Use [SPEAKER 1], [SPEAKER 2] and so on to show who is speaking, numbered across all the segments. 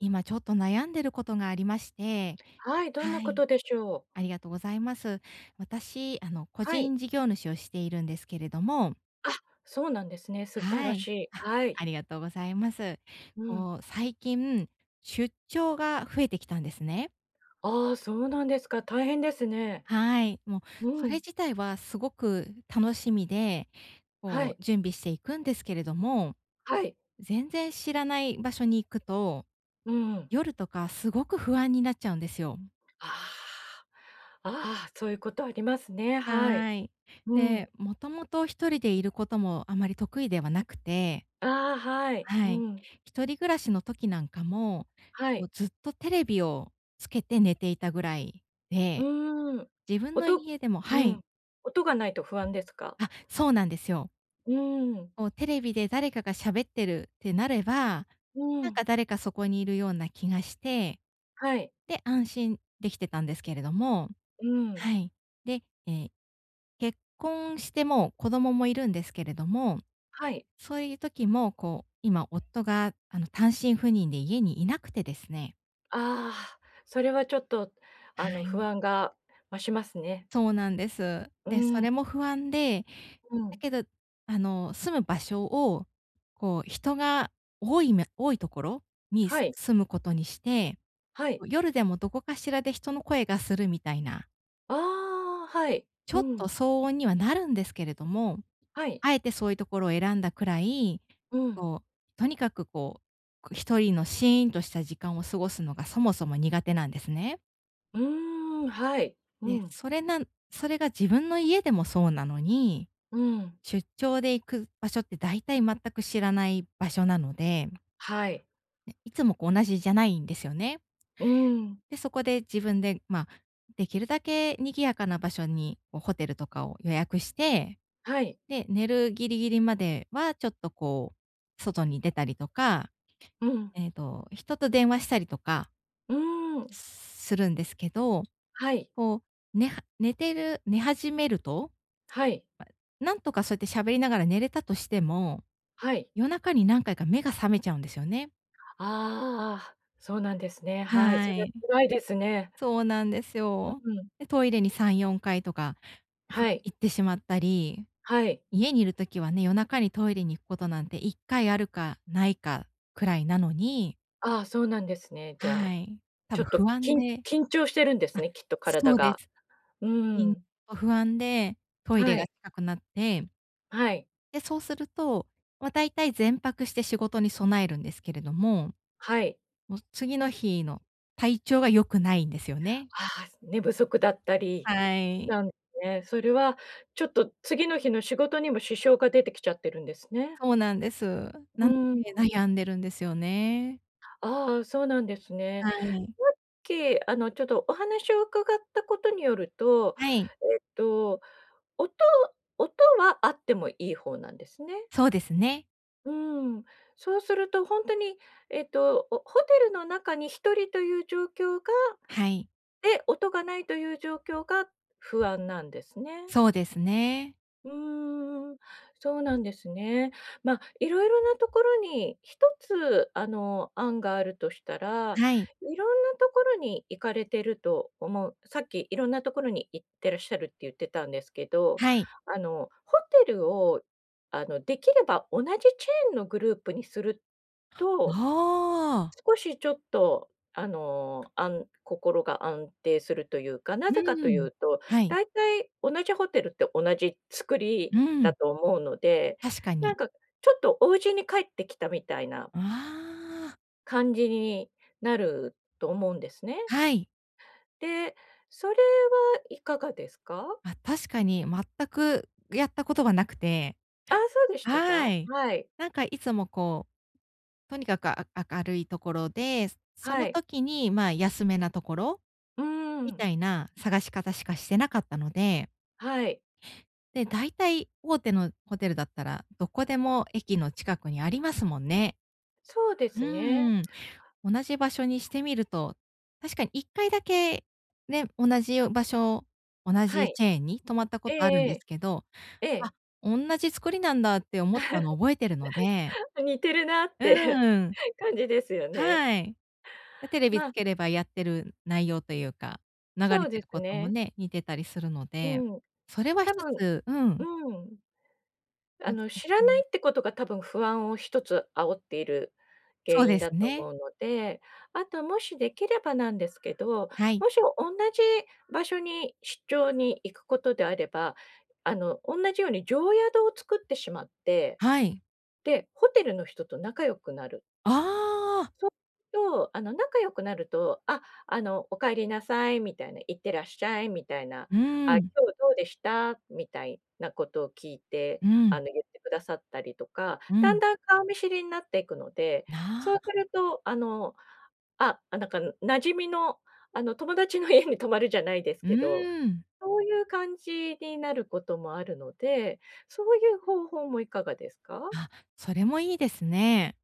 [SPEAKER 1] 今ちょっと悩んでることがありまして。
[SPEAKER 2] はい、どんな
[SPEAKER 1] は
[SPEAKER 2] こ
[SPEAKER 1] い、
[SPEAKER 2] とでしょう？
[SPEAKER 1] ありがとうございます。私、個
[SPEAKER 2] はい。
[SPEAKER 1] 人事業主をしているんですけれども、
[SPEAKER 2] あ、そうなんですね。素晴
[SPEAKER 1] は
[SPEAKER 2] らし
[SPEAKER 1] い。
[SPEAKER 2] い。
[SPEAKER 1] あ、
[SPEAKER 2] はい。
[SPEAKER 1] ありがとうございます。
[SPEAKER 2] うん。
[SPEAKER 1] 最近、出張が増えてきたんですね。
[SPEAKER 2] ああ、そうなんですか。大変ですね。
[SPEAKER 1] はい。もう、
[SPEAKER 2] う
[SPEAKER 1] それ
[SPEAKER 2] ん。
[SPEAKER 1] 自体はすごく楽しみで、
[SPEAKER 2] はい。
[SPEAKER 1] 準備していくんですけれども、
[SPEAKER 2] はい。
[SPEAKER 1] 全然知らない場所に行くと、
[SPEAKER 2] うん
[SPEAKER 1] 夜とかすごく不安になっちゃうんですよ。
[SPEAKER 2] ああ、ああ、そういうことありますね。はい。
[SPEAKER 1] はい。
[SPEAKER 2] うん。
[SPEAKER 1] で、もともと一人でいることもあまり得意ではなくて、
[SPEAKER 2] ああ、はい。う
[SPEAKER 1] はい。
[SPEAKER 2] ん。
[SPEAKER 1] 一人暮らしの時なんかも、
[SPEAKER 2] はい。
[SPEAKER 1] ずっとテレビをつけて寝ていたぐらい
[SPEAKER 2] う
[SPEAKER 1] で、
[SPEAKER 2] ーん。
[SPEAKER 1] 自分の
[SPEAKER 2] 音
[SPEAKER 1] 家でも。は
[SPEAKER 2] う
[SPEAKER 1] い。
[SPEAKER 2] ん。音がないと不安ですか？
[SPEAKER 1] あ、そうなんですよ。
[SPEAKER 2] うーん。
[SPEAKER 1] テレビで誰かが喋ってるってなれば、
[SPEAKER 2] う
[SPEAKER 1] なん
[SPEAKER 2] ん。
[SPEAKER 1] か誰かそこにいるような気がして、
[SPEAKER 2] はい。
[SPEAKER 1] で、安心できてたんですけれども、
[SPEAKER 2] うん。
[SPEAKER 1] はい。で、結婚してもう子供もいるんですけれども、
[SPEAKER 2] はい。
[SPEAKER 1] そういう時も、今夫が、単身赴任で家にいなくてですね。
[SPEAKER 2] ああ、それはちょっと、
[SPEAKER 1] はい。
[SPEAKER 2] 不安が増しますね。
[SPEAKER 1] そうなんです。
[SPEAKER 2] う
[SPEAKER 1] で、
[SPEAKER 2] ー
[SPEAKER 1] そ
[SPEAKER 2] ん、
[SPEAKER 1] れも不安で、
[SPEAKER 2] う
[SPEAKER 1] だ
[SPEAKER 2] ん。
[SPEAKER 1] けど、住む場所を、人が多いところに
[SPEAKER 2] はい、
[SPEAKER 1] 住むことにして、
[SPEAKER 2] はい。
[SPEAKER 1] 夜でもどこかしらで人の声がするみたいな、
[SPEAKER 2] ああ、はい。
[SPEAKER 1] ち
[SPEAKER 2] う
[SPEAKER 1] ょっと
[SPEAKER 2] ん、
[SPEAKER 1] 騒音にはなるんですけれども、
[SPEAKER 2] はい。
[SPEAKER 1] あえてそういうところを選んだくらい、
[SPEAKER 2] うん。
[SPEAKER 1] とにかく一人のシーンとした時間を過ごすのがそもそも苦手なんですね。
[SPEAKER 2] うーん、はい。う
[SPEAKER 1] で、
[SPEAKER 2] ん、
[SPEAKER 1] それが自分の家でもそうなのに、
[SPEAKER 2] うん、
[SPEAKER 1] 出張で行く場所って大体全く知らない場所なので、
[SPEAKER 2] はい。
[SPEAKER 1] ね、いつも同じじゃないんですよね。
[SPEAKER 2] うーん、
[SPEAKER 1] で、そこで自分で、まあ、できるだけ賑やかな場所に、ホテルとかを予約して、
[SPEAKER 2] はい。
[SPEAKER 1] で、寝るギリギリまではちょっと外に出たりとか
[SPEAKER 2] うん、
[SPEAKER 1] 人と電話したりとか
[SPEAKER 2] うーん、
[SPEAKER 1] するんですけど、
[SPEAKER 2] はい、
[SPEAKER 1] こ寝は寝てる寝始めると、
[SPEAKER 2] はい、
[SPEAKER 1] なんとかそうやって喋りながら寝れたとしても、
[SPEAKER 2] はい。
[SPEAKER 1] 夜中に何回か目が覚めちゃうんですよね。
[SPEAKER 2] ああ、そうなんですね。はい、
[SPEAKER 1] は
[SPEAKER 2] それは
[SPEAKER 1] い、
[SPEAKER 2] 辛いですね。
[SPEAKER 1] そうなんです
[SPEAKER 2] う
[SPEAKER 1] よ。
[SPEAKER 2] ん、
[SPEAKER 1] で、トイレに3、4回とか、
[SPEAKER 2] はい、
[SPEAKER 1] 行ってしまったり、
[SPEAKER 2] はい。
[SPEAKER 1] 家にいる時はね、夜中にトイレに行くことなんて1回あるかないかくらいなのに。
[SPEAKER 2] ああ、そうなんですね。じゃ
[SPEAKER 1] は
[SPEAKER 2] あ、
[SPEAKER 1] い、多
[SPEAKER 2] ちょ
[SPEAKER 1] 分
[SPEAKER 2] っと
[SPEAKER 1] 不安
[SPEAKER 2] きん
[SPEAKER 1] で。
[SPEAKER 2] 緊張してるんです
[SPEAKER 1] あ、
[SPEAKER 2] ね、きっと
[SPEAKER 1] そ
[SPEAKER 2] 体
[SPEAKER 1] うで
[SPEAKER 2] が。
[SPEAKER 1] す。
[SPEAKER 2] うー
[SPEAKER 1] 緊
[SPEAKER 2] ん、
[SPEAKER 1] と不安で、トイレ
[SPEAKER 2] は
[SPEAKER 1] が
[SPEAKER 2] い、
[SPEAKER 1] 近くなって、
[SPEAKER 2] はい、
[SPEAKER 1] で、そうすると、ま、大体全泊して仕事に備えるんですけれども、
[SPEAKER 2] はい。
[SPEAKER 1] もう次の日の体調が良くないんですよね。
[SPEAKER 2] ああ、寝不足だったり
[SPEAKER 1] はい。
[SPEAKER 2] なんですね。それはちょっと次の日の仕事にも支障が出てきちゃってるんですね。
[SPEAKER 1] そうなんです。
[SPEAKER 2] う
[SPEAKER 1] なの
[SPEAKER 2] ん。
[SPEAKER 1] で、悩んでるんですよね。
[SPEAKER 2] ああ、そうなんですね。
[SPEAKER 1] はい。
[SPEAKER 2] さっき、ちょっとお話を伺ったことによると、
[SPEAKER 1] はい。
[SPEAKER 2] えっと、音音はあってもいい方なんですね。
[SPEAKER 1] そうですね。
[SPEAKER 2] うん。そうすると本当に、おホテルの中に一人という状況が
[SPEAKER 1] はい。
[SPEAKER 2] で、音がないという状況が不安なんですね。
[SPEAKER 1] そうですね。
[SPEAKER 2] うーん、そうなんですね。ま、あいろいろなところに一つ、案があるとしたら、
[SPEAKER 1] はい。
[SPEAKER 2] いろんなところに行かれてると思うさっきいろんなところに行ってらっしゃるって言ってたんですけど、
[SPEAKER 1] はい。
[SPEAKER 2] ホテルを、できれば同じチェーンのグループにすると
[SPEAKER 1] ああ。
[SPEAKER 2] 少しちょっと、安心が安定するというか、なぜ
[SPEAKER 1] う
[SPEAKER 2] かとい
[SPEAKER 1] ん。
[SPEAKER 2] うと、
[SPEAKER 1] はい。
[SPEAKER 2] 大体同じホテルって同じ作り
[SPEAKER 1] う
[SPEAKER 2] だ
[SPEAKER 1] ん。
[SPEAKER 2] と思うので、
[SPEAKER 1] 確か
[SPEAKER 2] なん
[SPEAKER 1] に。
[SPEAKER 2] かちょっとお家に帰ってきたみたいな
[SPEAKER 1] ああ。
[SPEAKER 2] 感じになると思うんですね。
[SPEAKER 1] はい。
[SPEAKER 2] で、それはいかがですか？
[SPEAKER 1] あ、確かに全くやったことはなくて、
[SPEAKER 2] あ、そうでしたか？
[SPEAKER 1] はい。
[SPEAKER 2] はい、
[SPEAKER 1] なんかいつもとにかく明るいところで、そ
[SPEAKER 2] は
[SPEAKER 1] の
[SPEAKER 2] い。
[SPEAKER 1] 時に、まあ、安めなところ
[SPEAKER 2] うー
[SPEAKER 1] み
[SPEAKER 2] ん、
[SPEAKER 1] たいな探し方しかしてなかったので、
[SPEAKER 2] はい。
[SPEAKER 1] で、大体大手のホテルだったら、どこでも駅の近くにありますもんね。
[SPEAKER 2] そうで
[SPEAKER 1] う
[SPEAKER 2] すね。
[SPEAKER 1] ーん。同じ場所にしてみると、確かに1回だけね、同じ場所、同
[SPEAKER 2] は
[SPEAKER 1] じ
[SPEAKER 2] い。
[SPEAKER 1] チェーンに泊まったこ
[SPEAKER 2] え
[SPEAKER 1] とあるんです
[SPEAKER 2] え
[SPEAKER 1] けど、
[SPEAKER 2] ええ。え
[SPEAKER 1] あ、
[SPEAKER 2] え。
[SPEAKER 1] おんなじ作りなんだって思ったのを覚えてるので、
[SPEAKER 2] 似てるなっ
[SPEAKER 1] う
[SPEAKER 2] て
[SPEAKER 1] ーん、
[SPEAKER 2] 感じですよね。
[SPEAKER 1] はい。で、テレビ
[SPEAKER 2] ま
[SPEAKER 1] つ
[SPEAKER 2] あ、
[SPEAKER 1] ければやってる内容というか、流
[SPEAKER 2] そ
[SPEAKER 1] れ
[SPEAKER 2] う
[SPEAKER 1] て
[SPEAKER 2] で
[SPEAKER 1] る
[SPEAKER 2] す
[SPEAKER 1] ことも
[SPEAKER 2] ね。
[SPEAKER 1] ね、似てたりするの
[SPEAKER 2] う
[SPEAKER 1] で、
[SPEAKER 2] ん。
[SPEAKER 1] それは
[SPEAKER 2] 多
[SPEAKER 1] 一
[SPEAKER 2] 分、
[SPEAKER 1] つ。うん。
[SPEAKER 2] うん。
[SPEAKER 1] そ
[SPEAKER 2] 知ら
[SPEAKER 1] う、
[SPEAKER 2] ないってことが多分不安を一つ煽っている原因
[SPEAKER 1] です
[SPEAKER 2] だと
[SPEAKER 1] ね。
[SPEAKER 2] 思うので、あともしできればなんですけど、
[SPEAKER 1] はい。
[SPEAKER 2] もし同じ場所に出張に行くことであれば、同じように常宿を作ってしまって、
[SPEAKER 1] はい。
[SPEAKER 2] で、ホテルの人と仲良くなる。
[SPEAKER 1] ああ、
[SPEAKER 2] と、仲良くなると、あ、お帰りなさいみたいな、いってらっしゃいみたいな、
[SPEAKER 1] う
[SPEAKER 2] あ、今
[SPEAKER 1] ん、
[SPEAKER 2] 日どうでしたみたいなことを聞いて、
[SPEAKER 1] うん、
[SPEAKER 2] 言ってくださったりとか、
[SPEAKER 1] う
[SPEAKER 2] だん
[SPEAKER 1] ん。
[SPEAKER 2] だん顔見知りになっていくので、そうす
[SPEAKER 1] な
[SPEAKER 2] ると、あ、あ、なんか馴染みの、友達の家に泊まるじゃないです
[SPEAKER 1] う
[SPEAKER 2] けど、
[SPEAKER 1] ーん。
[SPEAKER 2] そういう感じになることもあるので、そういう方法もいかがですか？
[SPEAKER 1] あ、それもいいですね。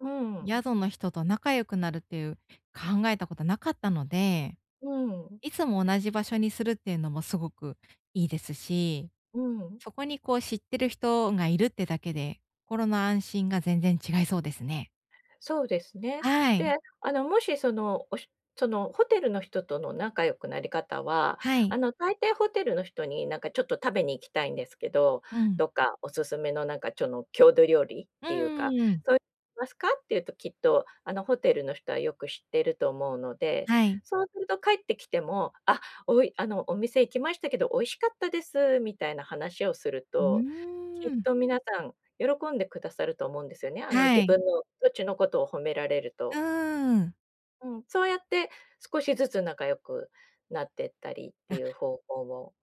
[SPEAKER 2] うん。
[SPEAKER 1] 宿の人と仲良くなるっていう、考えたことなかったので、
[SPEAKER 2] うん。
[SPEAKER 1] いつも同じ場所にするっていうのもすごくいいですし、
[SPEAKER 2] うん。
[SPEAKER 1] そこに知ってる人がいるってだけで、心の安心が全然違いそうですね。
[SPEAKER 2] そうですね。
[SPEAKER 1] はい。
[SPEAKER 2] で、もしその、おしそのホテルの人との仲良くなり方は、
[SPEAKER 1] はい。
[SPEAKER 2] 大抵ホテルの人になんかちょっと食べに行きたいんですけど、
[SPEAKER 1] うん。
[SPEAKER 2] どっかおすすめのなんかちょの郷土料理っ
[SPEAKER 1] う
[SPEAKER 2] ていう
[SPEAKER 1] んう
[SPEAKER 2] か、
[SPEAKER 1] んうんん。
[SPEAKER 2] そうますかっていうときっと、ホテルの人はよく知ってると思うので、
[SPEAKER 1] はい。
[SPEAKER 2] そうすると帰ってきても、あ、おいあの、お店行きましたけど美味しかったですみたいな話をする
[SPEAKER 1] う
[SPEAKER 2] と、きっ
[SPEAKER 1] ーん。
[SPEAKER 2] と皆さん喜んでくださると思うんですよね。
[SPEAKER 1] は
[SPEAKER 2] 自
[SPEAKER 1] い。
[SPEAKER 2] 分の土地のことを褒められる
[SPEAKER 1] う
[SPEAKER 2] と。
[SPEAKER 1] ーん。
[SPEAKER 2] うん、そうやって少しずつ仲良くなってったりってい
[SPEAKER 1] あ、
[SPEAKER 2] う方法も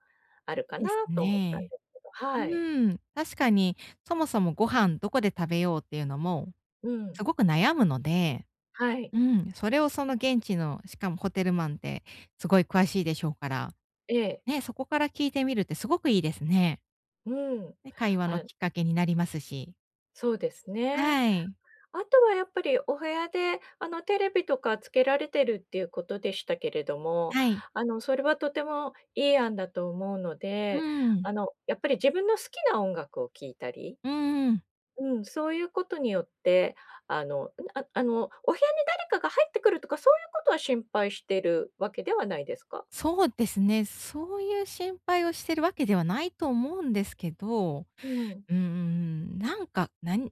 [SPEAKER 2] あ
[SPEAKER 1] い
[SPEAKER 2] るか
[SPEAKER 1] い
[SPEAKER 2] な
[SPEAKER 1] です
[SPEAKER 2] と思ったん
[SPEAKER 1] ね。
[SPEAKER 2] ですけど、
[SPEAKER 1] う
[SPEAKER 2] はい。
[SPEAKER 1] ーん。確かに、そもそもご飯どこで食べようっていうのも、
[SPEAKER 2] う
[SPEAKER 1] す
[SPEAKER 2] ん。
[SPEAKER 1] ごく悩むので、
[SPEAKER 2] はい。
[SPEAKER 1] うん、それをその現地の、しかもホテルマンってすごい詳しいでしょうから
[SPEAKER 2] ええ。
[SPEAKER 1] ね、そこから聞いてみるってすごくいいですね。
[SPEAKER 2] うん。
[SPEAKER 1] ね、会話の
[SPEAKER 2] あ、
[SPEAKER 1] きっかけになりますし。
[SPEAKER 2] そうですね。
[SPEAKER 1] はい。
[SPEAKER 2] あとはやっぱりお部屋で、テレビとかつけられてるっていうことでしたけれども、
[SPEAKER 1] はい。
[SPEAKER 2] それはとてもいい案だと思うの
[SPEAKER 1] う
[SPEAKER 2] で、
[SPEAKER 1] ん。
[SPEAKER 2] やっぱり自分の好きな音楽を聴いたり
[SPEAKER 1] うん。
[SPEAKER 2] うん、そういうことによって、あの、お部屋に誰かが入ってくるとか、そういうことは心配してるわけではないですか？
[SPEAKER 1] そうですね。そういう心配をしてるわけではないと思うんですけど、う
[SPEAKER 2] うん。
[SPEAKER 1] ーん、なんか、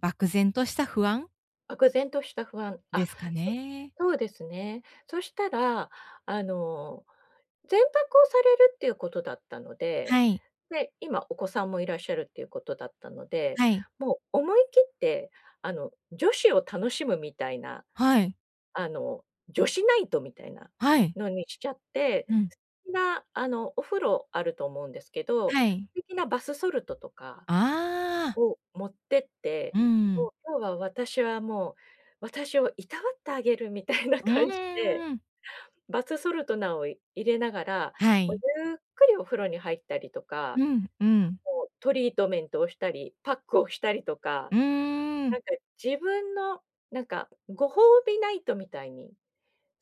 [SPEAKER 1] 漠然とした不安
[SPEAKER 2] 漠然とした不安。
[SPEAKER 1] で
[SPEAKER 2] あ、
[SPEAKER 1] すか
[SPEAKER 2] そ
[SPEAKER 1] ね。
[SPEAKER 2] そうですね。そしたら、あの、前泊をされるっていうことだったので、
[SPEAKER 1] はい。
[SPEAKER 2] で、今お子さんもいらっしゃるっていうことだったので、
[SPEAKER 1] はい。
[SPEAKER 2] もう思い切って、女子を楽しむみたいな
[SPEAKER 1] はい。
[SPEAKER 2] 女子ナイトみたいな
[SPEAKER 1] はい。
[SPEAKER 2] のにしちゃって、
[SPEAKER 1] うん。
[SPEAKER 2] 素敵なあの、お風呂あると思うんですけど、
[SPEAKER 1] はい。
[SPEAKER 2] 素敵なバスソルトとか
[SPEAKER 1] ああ、
[SPEAKER 2] を持ってって、
[SPEAKER 1] う
[SPEAKER 2] も
[SPEAKER 1] ん。
[SPEAKER 2] う今日は私はもう、私をいたわってあげるみたいな
[SPEAKER 1] う
[SPEAKER 2] 感じで、
[SPEAKER 1] ーん。
[SPEAKER 2] バスソルトなんを入れながら、
[SPEAKER 1] は
[SPEAKER 2] もう
[SPEAKER 1] い。
[SPEAKER 2] ゆっくりお風呂に入ったりとか、
[SPEAKER 1] うん、うん。
[SPEAKER 2] もうトリートメントをしたり、パックをしたりとか、
[SPEAKER 1] うー
[SPEAKER 2] な
[SPEAKER 1] ん、
[SPEAKER 2] んか自分の、なんかご褒美ナイトみたいに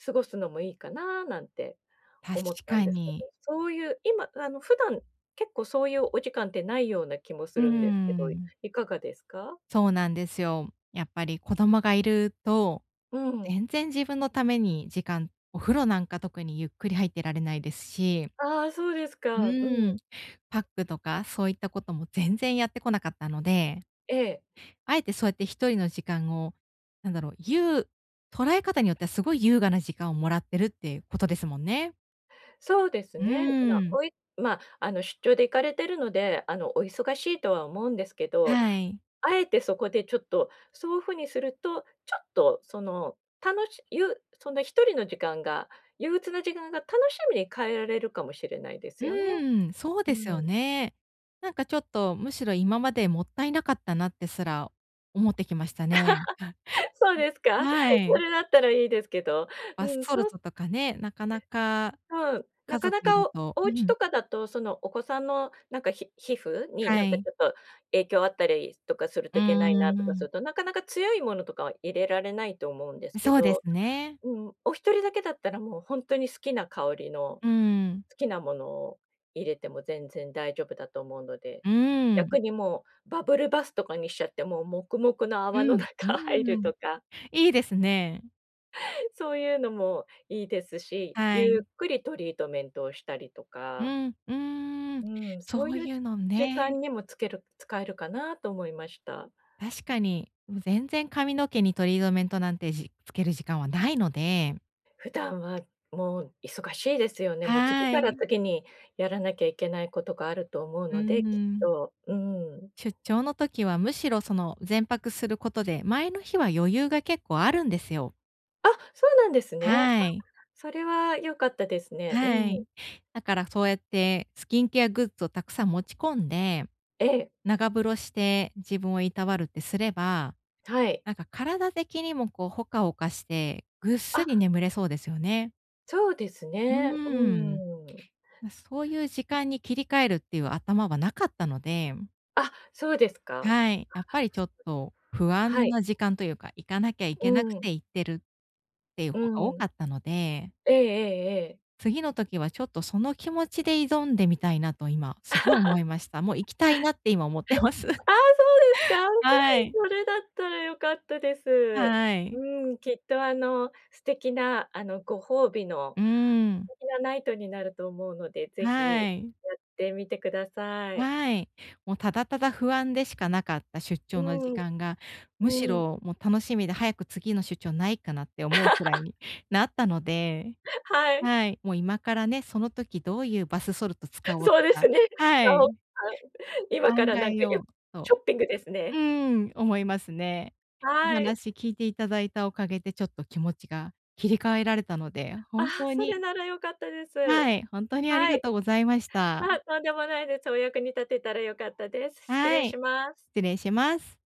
[SPEAKER 2] 過ごすのもいいかななんて
[SPEAKER 1] 確
[SPEAKER 2] 思ったん
[SPEAKER 1] か
[SPEAKER 2] ですけど、
[SPEAKER 1] に。
[SPEAKER 2] そういう、今、普段、結構そういうお時間ってないような気も
[SPEAKER 1] う
[SPEAKER 2] す
[SPEAKER 1] ー
[SPEAKER 2] るんですけど、
[SPEAKER 1] ん、
[SPEAKER 2] いかがですか？
[SPEAKER 1] そうなんですよ。やっぱり子供がいると、
[SPEAKER 2] うん。
[SPEAKER 1] 全然自分のためにお風呂なんか特にゆっくり入ってられないですし、
[SPEAKER 2] ああ、そうです
[SPEAKER 1] う
[SPEAKER 2] か。うん。
[SPEAKER 1] ーん、パックとかそういったことも全然やってこなかったので、
[SPEAKER 2] ええ。
[SPEAKER 1] あえてそうやって一人の時間を、なんだろう、捉え方によってはすごい優雅な時間をもらってるってことですもんね。
[SPEAKER 2] そうです
[SPEAKER 1] う
[SPEAKER 2] ね。な
[SPEAKER 1] ーん、
[SPEAKER 2] おいま、ああの、出張で行かれてるので、お忙しいとは思うんですけど、
[SPEAKER 1] はい。
[SPEAKER 2] あえてそこでちょっと、そういうふうにすると、ちょっと、その、楽ししゆその一人の時間が、憂鬱な時間が楽しみに変えられるかもしれないで
[SPEAKER 1] う
[SPEAKER 2] すよね。
[SPEAKER 1] ん、そう
[SPEAKER 2] う
[SPEAKER 1] です
[SPEAKER 2] ん。
[SPEAKER 1] よね。なんかちょっと、むしろ今までもったいなかったなってすら思ってきましたね。
[SPEAKER 2] そうですか？
[SPEAKER 1] は
[SPEAKER 2] そ
[SPEAKER 1] い。
[SPEAKER 2] れだったらいいですけど、
[SPEAKER 1] バ
[SPEAKER 2] う
[SPEAKER 1] ス
[SPEAKER 2] ん、
[SPEAKER 1] ソ
[SPEAKER 2] そ
[SPEAKER 1] ル
[SPEAKER 2] うす
[SPEAKER 1] トとかね、なかなか、
[SPEAKER 2] うん、
[SPEAKER 1] 家
[SPEAKER 2] なか
[SPEAKER 1] 族
[SPEAKER 2] な
[SPEAKER 1] い
[SPEAKER 2] か
[SPEAKER 1] る
[SPEAKER 2] お
[SPEAKER 1] と、
[SPEAKER 2] お
[SPEAKER 1] う
[SPEAKER 2] 家
[SPEAKER 1] ん、
[SPEAKER 2] とかだと、そのお子さんのなんか、ひ皮膚にな
[SPEAKER 1] は
[SPEAKER 2] んかち
[SPEAKER 1] い。
[SPEAKER 2] ょっと影響あったりとかする
[SPEAKER 1] う
[SPEAKER 2] と
[SPEAKER 1] ー
[SPEAKER 2] いけないなとかす
[SPEAKER 1] ん。
[SPEAKER 2] ると、なかなか強いものとかは入れられないと思うんですけ
[SPEAKER 1] そうです
[SPEAKER 2] ど、
[SPEAKER 1] ね。
[SPEAKER 2] うん、お一人だけだったらもうほんとに好きな香りの
[SPEAKER 1] うん。
[SPEAKER 2] 好きなものを入れても全然大丈夫だと思うので、
[SPEAKER 1] うーん。
[SPEAKER 2] 逆にもうバブルバスとかにしちゃって、もう黙々の
[SPEAKER 1] う
[SPEAKER 2] 泡の
[SPEAKER 1] ん、う
[SPEAKER 2] 中入
[SPEAKER 1] ー
[SPEAKER 2] る
[SPEAKER 1] ん。
[SPEAKER 2] とか
[SPEAKER 1] いいですね。
[SPEAKER 2] そういうのもいいですし、
[SPEAKER 1] は
[SPEAKER 2] ゆっ
[SPEAKER 1] い。
[SPEAKER 2] くりトリートメントをしたりと
[SPEAKER 1] う
[SPEAKER 2] か、
[SPEAKER 1] ん、うーん。
[SPEAKER 2] うん、
[SPEAKER 1] そ
[SPEAKER 2] そう
[SPEAKER 1] う
[SPEAKER 2] いう
[SPEAKER 1] い
[SPEAKER 2] じ
[SPEAKER 1] うの
[SPEAKER 2] 時
[SPEAKER 1] ね、
[SPEAKER 2] 間にもつける使えるかなと思いました。
[SPEAKER 1] 確かに。全然髪の毛にトリートメントなんてつける時間はないので。
[SPEAKER 2] 普段はもう忙しいですよね。もう次
[SPEAKER 1] は
[SPEAKER 2] から
[SPEAKER 1] い。
[SPEAKER 2] 次にやらなきゃいけないことがあると思う
[SPEAKER 1] う
[SPEAKER 2] ので、きっ
[SPEAKER 1] ん。
[SPEAKER 2] と。うん。
[SPEAKER 1] 出張の時はむしろその全泊することで、前の日は余裕が結構あるんですよ。
[SPEAKER 2] あ、そうなんですね。あ、
[SPEAKER 1] はい。
[SPEAKER 2] それは良かったですね。う
[SPEAKER 1] は
[SPEAKER 2] ん。
[SPEAKER 1] い。だからそうやってスキンケアグッズをたくさん持ち込んで、
[SPEAKER 2] ええ、
[SPEAKER 1] 長風呂して自分をいたわるってすれば、
[SPEAKER 2] はい。
[SPEAKER 1] なんか体的にもほかほかして、ぐっすり眠れそうですよね。
[SPEAKER 2] そうです
[SPEAKER 1] う
[SPEAKER 2] ね。う
[SPEAKER 1] ーん。
[SPEAKER 2] ん。
[SPEAKER 1] まそういう時間に切り替えるっていう頭はなかったので。
[SPEAKER 2] あ、そうですか。
[SPEAKER 1] はい、やっぱりちょっと不
[SPEAKER 2] は
[SPEAKER 1] 安
[SPEAKER 2] い。
[SPEAKER 1] な時間というか、行かなきゃい
[SPEAKER 2] う
[SPEAKER 1] けなく
[SPEAKER 2] ん、
[SPEAKER 1] て行ってるっていう
[SPEAKER 2] う
[SPEAKER 1] 方が多か
[SPEAKER 2] ん。
[SPEAKER 1] ったので、
[SPEAKER 2] ええええええ。
[SPEAKER 1] 次の時はちょっとその気持ちで挑んでみたいなと今すごい思いました。もう行きたいなって今思ってます。
[SPEAKER 2] ああ、そうですか。
[SPEAKER 1] は い、
[SPEAKER 2] それだったら良かったです。
[SPEAKER 1] はい。
[SPEAKER 2] うん、きっと素敵なあの、ご褒美の
[SPEAKER 1] うーん、
[SPEAKER 2] 素敵なナイトになると思うので、ぜ
[SPEAKER 1] は
[SPEAKER 2] ひや
[SPEAKER 1] い、
[SPEAKER 2] ってみてください。
[SPEAKER 1] はい。もうただただ不安でしかなかった出張の
[SPEAKER 2] う
[SPEAKER 1] 時
[SPEAKER 2] ん、
[SPEAKER 1] 間が、むし
[SPEAKER 2] うん。
[SPEAKER 1] ろもう楽しみで早く次の出張ないかなって思うくら いになったので。
[SPEAKER 2] はい、
[SPEAKER 1] はい、もう今からね、その時どういうバスソルト使おうと
[SPEAKER 2] そうで
[SPEAKER 1] か、
[SPEAKER 2] すね。
[SPEAKER 1] は
[SPEAKER 2] あお
[SPEAKER 1] い、
[SPEAKER 2] あ今から
[SPEAKER 1] 考
[SPEAKER 2] なん
[SPEAKER 1] え
[SPEAKER 2] かよ
[SPEAKER 1] よう
[SPEAKER 2] ショ
[SPEAKER 1] と、
[SPEAKER 2] ッピングです
[SPEAKER 1] う
[SPEAKER 2] ね。
[SPEAKER 1] ーん、思いますね。お
[SPEAKER 2] はい。
[SPEAKER 1] 話聞いていただいたおかげでちょっと気持ちが切り替えられたので、
[SPEAKER 2] ああ、
[SPEAKER 1] 本当
[SPEAKER 2] そ
[SPEAKER 1] に。
[SPEAKER 2] れなら良かったです。
[SPEAKER 1] はい、本当にあり
[SPEAKER 2] は
[SPEAKER 1] が
[SPEAKER 2] い。
[SPEAKER 1] とうございました。
[SPEAKER 2] あ、とんでもないです。お役に立てたら良かったです。失
[SPEAKER 1] は
[SPEAKER 2] 礼し
[SPEAKER 1] い、
[SPEAKER 2] ます。
[SPEAKER 1] 失礼します。